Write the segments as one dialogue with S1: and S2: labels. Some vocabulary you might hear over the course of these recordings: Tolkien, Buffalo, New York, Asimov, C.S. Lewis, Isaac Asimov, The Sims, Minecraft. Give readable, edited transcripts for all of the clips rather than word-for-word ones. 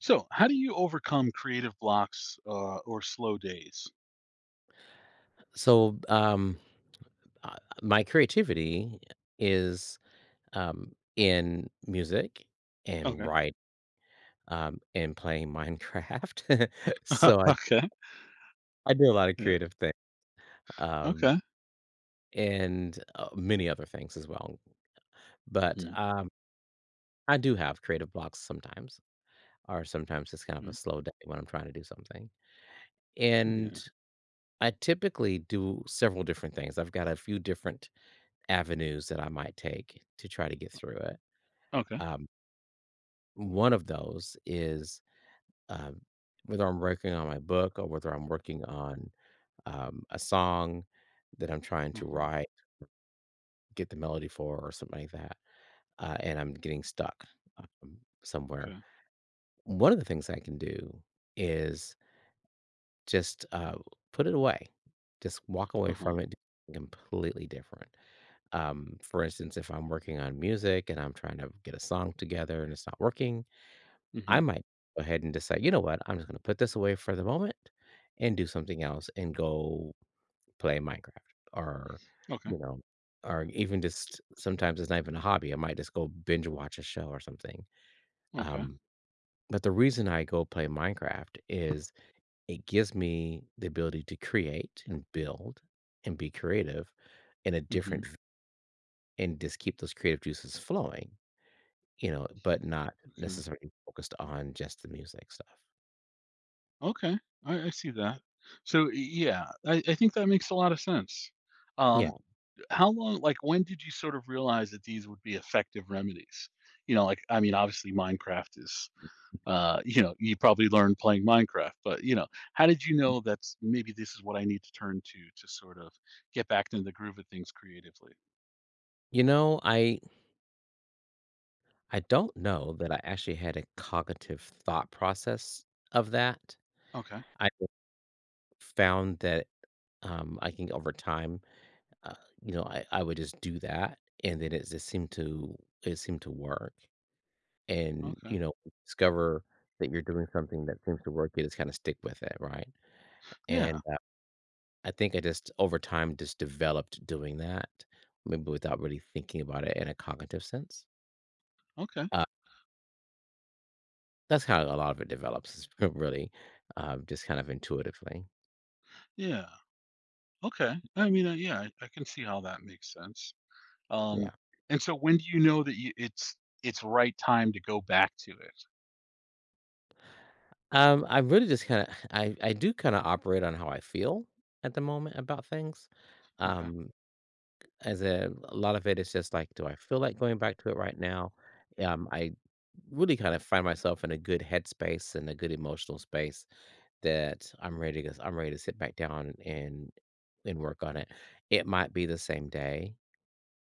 S1: So, how do you overcome creative blocks or slow days?
S2: So, uh, my creativity is, in music and
S1: Okay.
S2: write, and playing Minecraft. So I
S1: Okay.
S2: I do a lot of
S1: Yeah.
S2: creative things um,
S1: Okay.
S2: and, many other things as well. But,
S1: Mm,
S2: I do have creative blocks sometimes, or sometimes it's kind of a
S1: mm,
S2: slow day when I'm trying to do something. And
S1: yeah.
S2: I typically do several different things. I've got a few different avenues that I might take to try to get through it.
S1: Okay.
S2: Um One of those is, um, whether I'm working on my book or whether I'm working on, a song that I'm trying
S1: Uh
S2: to
S1: huh.
S2: write, get the melody for or something like that, and I'm getting stuck, um, somewhere.
S1: Okay.
S2: One of the things I can do is just, put it away. Just walk
S1: Uh
S2: away
S1: huh.
S2: from it, do something completely different. For instance, if I'm working on music and I'm trying to get a song together and it's not working, I
S1: Mm-hmm.
S2: might go ahead and decide, you know what? I'm just gonna put this away for the moment and do something else and go play Minecraft or,
S1: Okay.
S2: you know, or even just sometimes it's not even a hobby. I might just go binge watch a show or something.
S1: Okay.
S2: Um, but the reason I go play Minecraft is it gives me the ability to create and build and be creative in a
S1: Mm-hmm.
S2: different and just keep those creative juices flowing, you know, but not
S1: Okay.
S2: necessarily focused on just the music stuff.
S1: Okay. I see that. So, yeah, I think that makes a lot of sense. Um,
S2: Yeah.
S1: how long, like, when did you sort of realize that these would be effective remedies? You know, like, I mean, obviously, Minecraft is, you probably learned playing Minecraft, but, how did you know that's maybe this is what I need to turn to sort of get back into the groove of things creatively?
S2: You know, I don't know that I actually had a cognitive thought process of that.
S1: Okay,
S2: I just found that, I think over time, uh, you know, I would just do that, and then it seemed to work. And,
S1: okay,
S2: you know, discover that you're doing something that seems to work, you just kinda stick with it, right?
S1: yeah,
S2: And, I think I just over time just developed doing that, maybe without really thinking about it in a cognitive sense.
S1: okay,
S2: That's how a lot of it develops really, just kind of intuitively.
S1: yeah, okay. I mean, yeah, I can see how that makes sense. Um,
S2: Yeah.
S1: and so when do you know that it's right time to go back to it?
S2: I really just kinda I do kinda operate on how I feel at the moment about things.
S1: Okay,
S2: Um, as a lot of it is just like, do I feel like going back to it right now? I really kind of find myself in a good headspace and a good emotional space that I'm ready to sit back down and work on it. It might be the same day.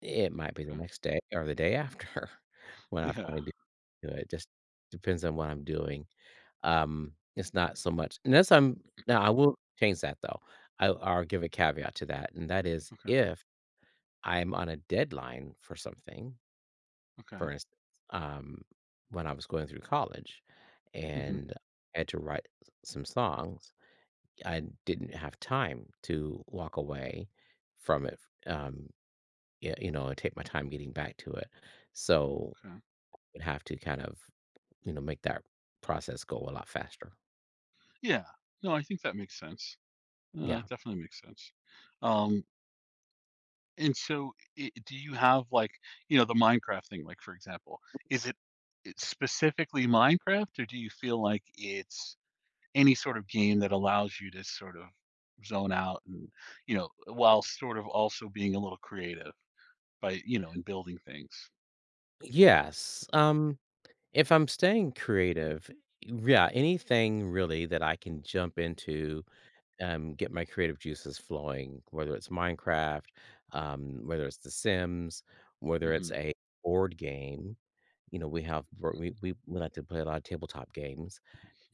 S2: It might be the
S1: okay,
S2: next day or the day after when I
S1: yeah,
S2: finally do it, just depends on what I'm doing. It's not so much unless I'm now I will change that though. I I'll give a caveat to that, and that is
S1: okay,
S2: if I'm on a deadline for something,
S1: okay,
S2: for instance, um, when I was going through college
S1: hmm,
S2: and I had to write s some songs, I didn't have time to walk away from it, um yeah, you know, and take my time getting back to it. So,
S1: okay,
S2: would have to kind of, you know, make that process go a lot faster.
S1: yeah. No, I think that makes sense.
S2: Yeah.
S1: That definitely makes sense. Um, And so, I do you have, like, the Minecraft thing, like, for example, is it it's specifically Minecraft, or do you feel like it's any sort of game that allows you to sort of zone out and, while sort of also being a little creative by, and building things?
S2: Yes. If I'm staying creative, yeah, anything really that I can jump into, get my creative juices flowing, whether it's Minecraft, whether it's The Sims, whether it's
S1: Mhm.
S2: a board game. You know, we have board- we like to play a lot of tabletop games.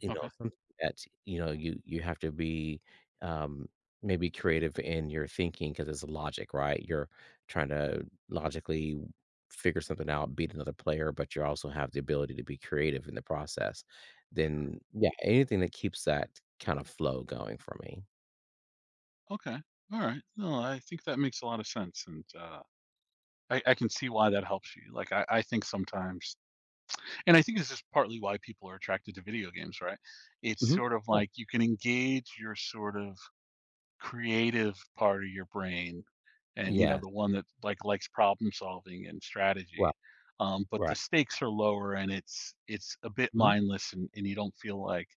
S2: You know,
S1: Okay.
S2: something that, you know, you have to be, um, maybe creative in your thinking because it's logic, right? You're trying to logically figure something out, beat another player, but you also have the ability to be creative in the process.
S1: Sure.
S2: Then, yeah, anything that keeps that kind of flow going for me.
S1: Okay. Alright. No, I think that makes a lot of sense, and, I can see why that helps you. Like, I think sometimes, and I think this is partly why people are attracted to video games, right? It's
S2: Mhm.
S1: sort of
S2: Yeah.
S1: like you can engage your sort of creative part of your brain, and you know
S2: Yes.
S1: the one that, like, likes problem solving and strategy.
S2: Right,
S1: But the
S2: right.
S1: stakes are lower, and it's a bit
S2: Mhm.
S1: mindless, and you don't feel like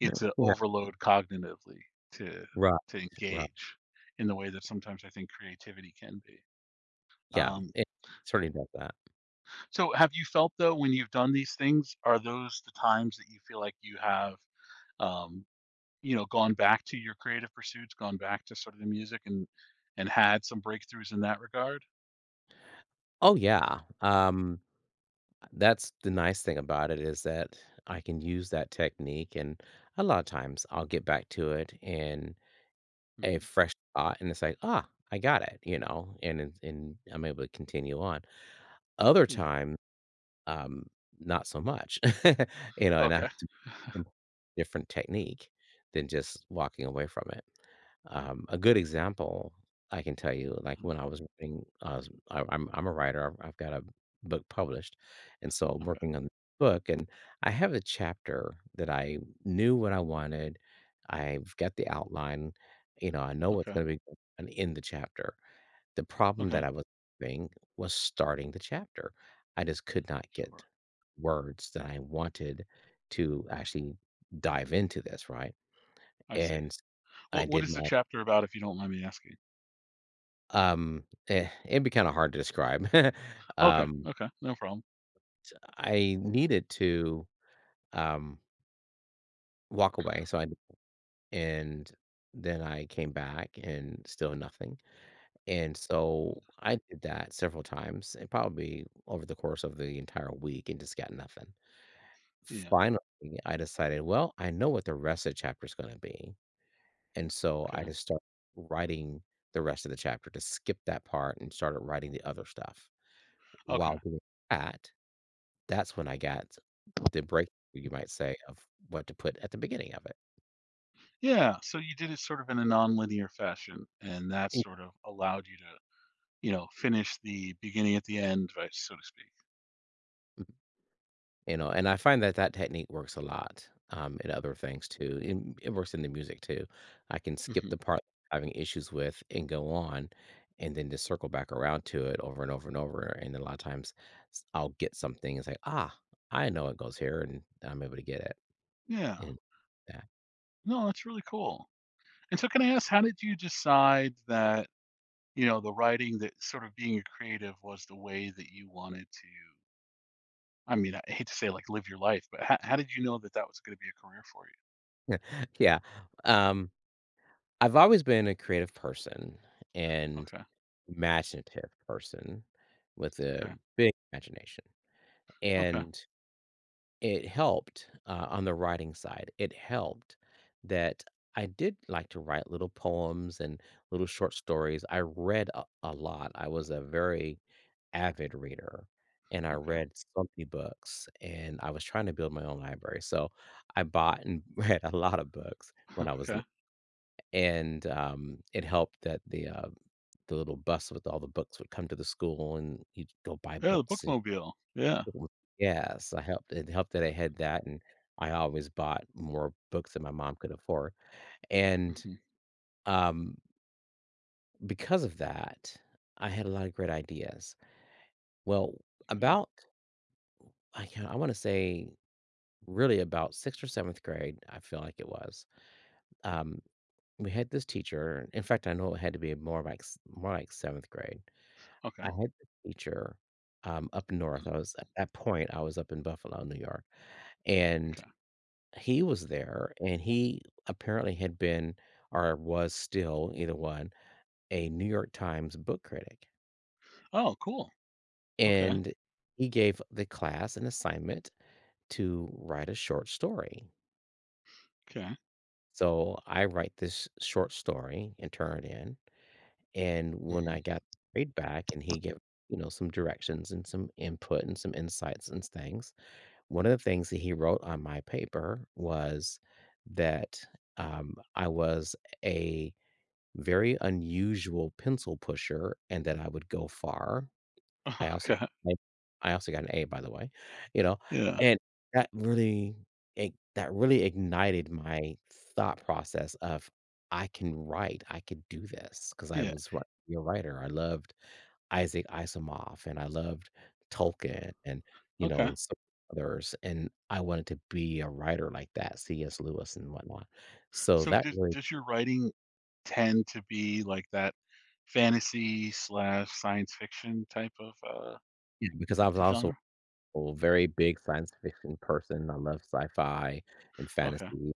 S1: it's an
S2: Yeah.
S1: overload cognitively to
S2: Right,
S1: to
S2: right.
S1: engage in the way that sometimes I think creativity can be.
S2: Yeah,
S1: Um,
S2: it certainly does that.
S1: So have you felt, though, when you've done these things, are those the times that you feel like you have, um, gone back to your creative pursuits, gone back to sort of the music, and had some breakthroughs in that regard?
S2: Oh, yeah. That's the nice thing about it is that I can use that technique, and a lot of times I'll get back to it in a
S1: Mhm.
S2: fresh thought, and it's like, ah, I got it, you know, and I'm able to continue on. Other
S1: Yeah.
S2: times, um, not so much, you know, and I have
S1: Okay.
S2: to employ a different technique than just walking away from it. A good example I can tell you, like
S1: Mhm.
S2: when I was writing, I'm a writer. I've got a book published, and so I'm
S1: Okay.
S2: working on the book, and I have a chapter that I knew what I wanted. I've got the outline. You know, I know what's
S1: Okay.
S2: going to be going on in the chapter. The problem
S1: Okay.
S2: that I was having was starting the chapter. I just could not get
S1: Sure.
S2: words that I wanted to actually dive into this, right?
S1: I see.
S2: And I
S1: What
S2: did
S1: is the
S2: my
S1: chapter about, if you don't mind me asking?
S2: It'd be kinda hard to describe.
S1: Okay.
S2: Um,
S1: Okay. No problem.
S2: I needed to, um, walk away, so I and then I came back and still nothing, and so I did that several times and probably over the course of the entire week and just got nothing.
S1: Yeah.
S2: Finally, I decided, "Well, I know what the rest of the chapter is gonna be," and so I
S1: Okay.
S2: just started writing the rest of the chapter, to skip that part and started writing the other stuff. While
S1: Okay.
S2: doing that that's when I got the breakthrough, you might say, of what to put at the beginning of it,
S1: Yeah. So you did it sort of in a non-linear fashion, and that
S2: Mm.
S1: sort of allowed you to, finish the beginning at the end, right, so to speak.
S2: You know, and I find that that technique works a lot, in other things too, and it works in the music too. I can skip
S1: Hmm.
S2: the part having issues with and go on, and then just circle back around to it over and over and over, and a lot of times s I'll get something, it's like, "Ah, I know it goes here," and I'm able to get it.
S1: Yeah.
S2: And that.
S1: No, that's really cool. And so, can I ask, how did you decide that, the writing, that sort of being a creative was the way that you wanted to? I mean, I hate to say, like, live your life, but how did you know that that was going to be a career for you?
S2: Yeah, um, I've always been a creative person and
S1: Okay.
S2: imaginative person with a
S1: Okay.
S2: big imagination,
S1: Okay.
S2: and it helped, on the writing side, it helped that I did like to write little poems and little short stories. I read a lot. I was a very avid reader and I
S1: Okay.
S2: read so many books and I was trying to build my own library. So I bought and read a lot of books when I was li
S1: Okay.
S2: and, it helped that the little bus with all the books would come to the school and you'd go buy
S1: Yeah, the
S2: books and
S1: bookmobile. Yeah.
S2: it was- Yes, I helped it helped that I had that and I always bought more books than my mom could afford. And,
S1: Hmm.
S2: um, because of that, I had a lot of great ideas. Well,
S1: Okay.
S2: about I wanna say really about sixth or seventh grade. I feel like it was. Um, we had this teacher. In fact, I know it had to be more like seventh grade.
S1: Okay.
S2: I had this teacher up north. I was at that point. I was up in Buffalo, New York, and
S1: Okay.
S2: he was there. And he apparently had been or was still either one a New York Times book critic.
S1: Oh, cool. Okay.
S2: And he gave the class an assignment to write a short story.
S1: Okay.
S2: So I write this short story and turn it in. And when I
S1: Hmm.
S2: got paid back and he gave, you know, some directions and some input and some insights and things, one of the things that he wrote on my paper was that I was a very unusual pencil pusher and that I would go far. I also
S1: Okay.
S2: I I also got an A, by the way, you know,
S1: Yeah.
S2: and that really it that really ignited my thought process of, "I can write, I could do this," because I
S1: Yeah.
S2: was wri a writer, I loved Isaac Asimov, and I loved Tolkien and, you know,
S1: Okay.
S2: and some others, and I wanted to be a writer like that, C.S. Lewis and whatnot, so
S1: So
S2: that
S1: does
S2: really
S1: does your writing tend to be like that fantasy/science fiction type of,
S2: yeah, because I was also
S1: genre?
S2: a very big science fiction person, I love sci-fi and
S1: Okay,
S2: fantasy.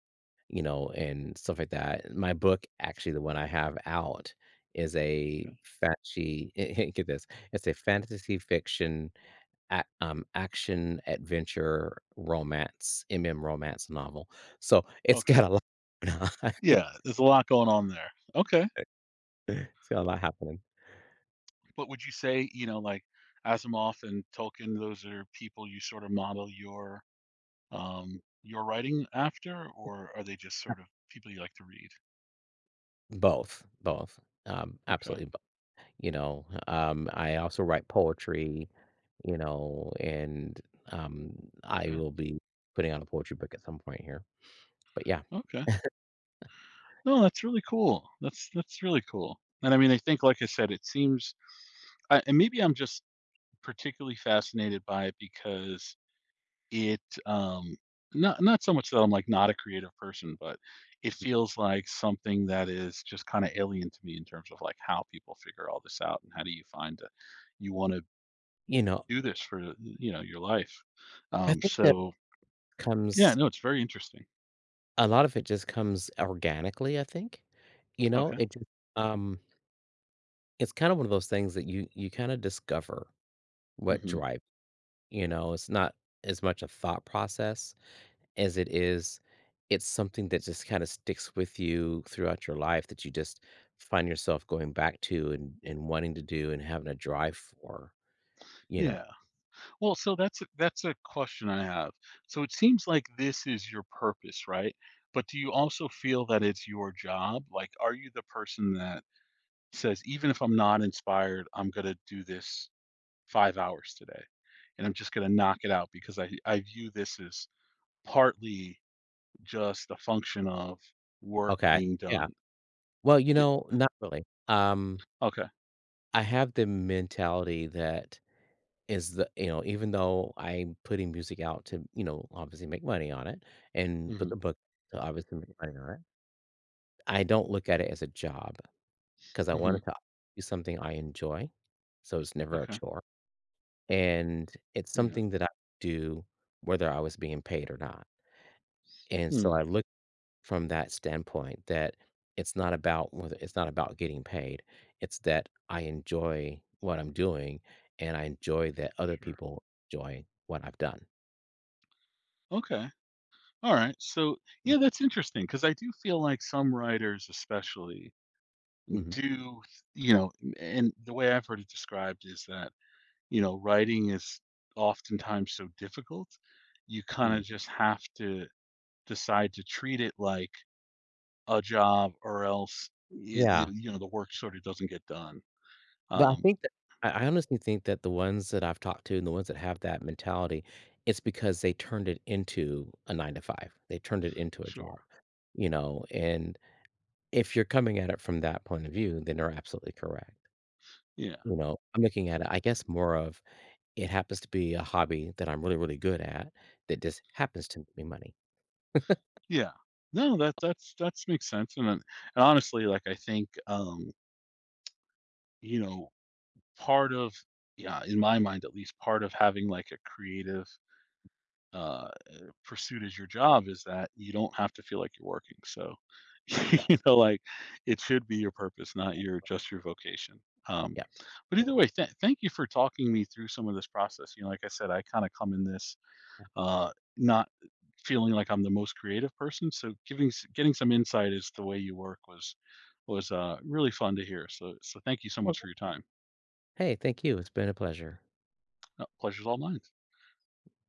S2: You know, and stuff like that. My book, actually, the one I have out, is a
S1: okay,
S2: fantasy. Get this, it's a fantasy fiction, ac action adventure romance, MM romance novel. So it's
S1: okay.
S2: got a lot.
S1: Yeah, there's a lot going on there. Okay,
S2: It's got a lot happening.
S1: but would you say, you know, like, Asimov and Tolkien, those are people you sort of model your writing after, or are they just sort of people you like to read?
S2: Both, both,
S1: Okay,
S2: absolutely both, you know, I also write poetry, you know, and, um, I
S1: okay,
S2: will be putting out a poetry book at some point here, but yeah.
S1: okay. No, that's really cool. That's really cool, and I mean, I think, like I said, it seems, I and maybe I'm just particularly fascinated by it because It, um not so much that I'm, like, not a creative person, but it feels like something that is just kinda alien to me in terms of, like, how people figure all this out, and how do you find that you wanna
S2: You know,
S1: do this for, your life.
S2: I think that
S1: So yeah,
S2: comes
S1: no, it's very interesting.
S2: a lot of it just comes organically, I think. You know,
S1: Okay.
S2: it just, um, it's kind of one of those things that you kinda discover what
S1: Mhm.
S2: drive you know, it's not as much a thought process as it is, it's something that just kinda sticks with you throughout your life that you just find yourself going back to and wanting to do and having a drive for, you know?
S1: Yeah. Well, so that's a question I have. So it seems like this is your purpose, right? But do you also feel that it's your job? Like, are you the person that says, even if I'm not inspired, I'm going to do this 5 hours today. And I'm just going to knock it out because I view this as partly just a function of work
S2: Okay,
S1: being
S2: yeah.
S1: done.
S2: Well, you
S1: D-
S2: know, not really.
S1: Okay.
S2: I have the mentality that is the you know, even though I'm putting music out to, you know, obviously make money on it and put
S1: Hmm.
S2: the book to obviously make money on it, I don't look at it as a job because I
S1: Hmm.
S2: wanted to do something I enjoy, so it's never a
S1: Okay.
S2: chore. And it's
S1: Yeah.
S2: something that I do whether I was being paid or not. And so
S1: Mm,
S2: I look from that standpoint that it's not about getting paid. It's that I enjoy what I'm doing and I enjoy that other
S1: sure.
S2: people enjoy what I've done.
S1: Okay. All right. So, yeah, that's interesting because I do feel like some writers, especially,
S2: Mhm,
S1: do, you know, and the way I've heard it described is that, writing is oftentimes so difficult, you kinda
S2: mm,
S1: just have to decide to treat it like a job, or else y the
S2: yeah,
S1: the work sort of doesn't get done.
S2: but I
S1: Um,
S2: think that I honestly think that the ones that I've talked to and the ones that have that mentality, it's because they turned it into a 9 to 5. They turned it into a job,
S1: sure.
S2: you know, and if you're coming at it from that point of view, then you're absolutely correct.
S1: Yeah.
S2: You know, I'm looking at it, I guess, more of it happens to be a hobby that I'm really, really good at that just happens to make me money.
S1: Yeah. No, that's makes sense, and then, and honestly, like, I think, you know, part of, yeah, in my mind at least, part of having, like, a creative, uh pursuit is your job, is that you don't have to feel like you're working. So,
S2: Yes.
S1: like, it should be your purpose, not your just your vocation. Um,
S2: Yeah.
S1: but either way, thank you for talking me through some of this process. You know, like I said, I kind of come in this, uh, not feeling like I'm the most creative person. So, getting some insight as to the way you work was really fun to hear. So, thank you so much for your time.
S2: Hey, thank you. It's been a pleasure.
S1: Pleasure's all mine.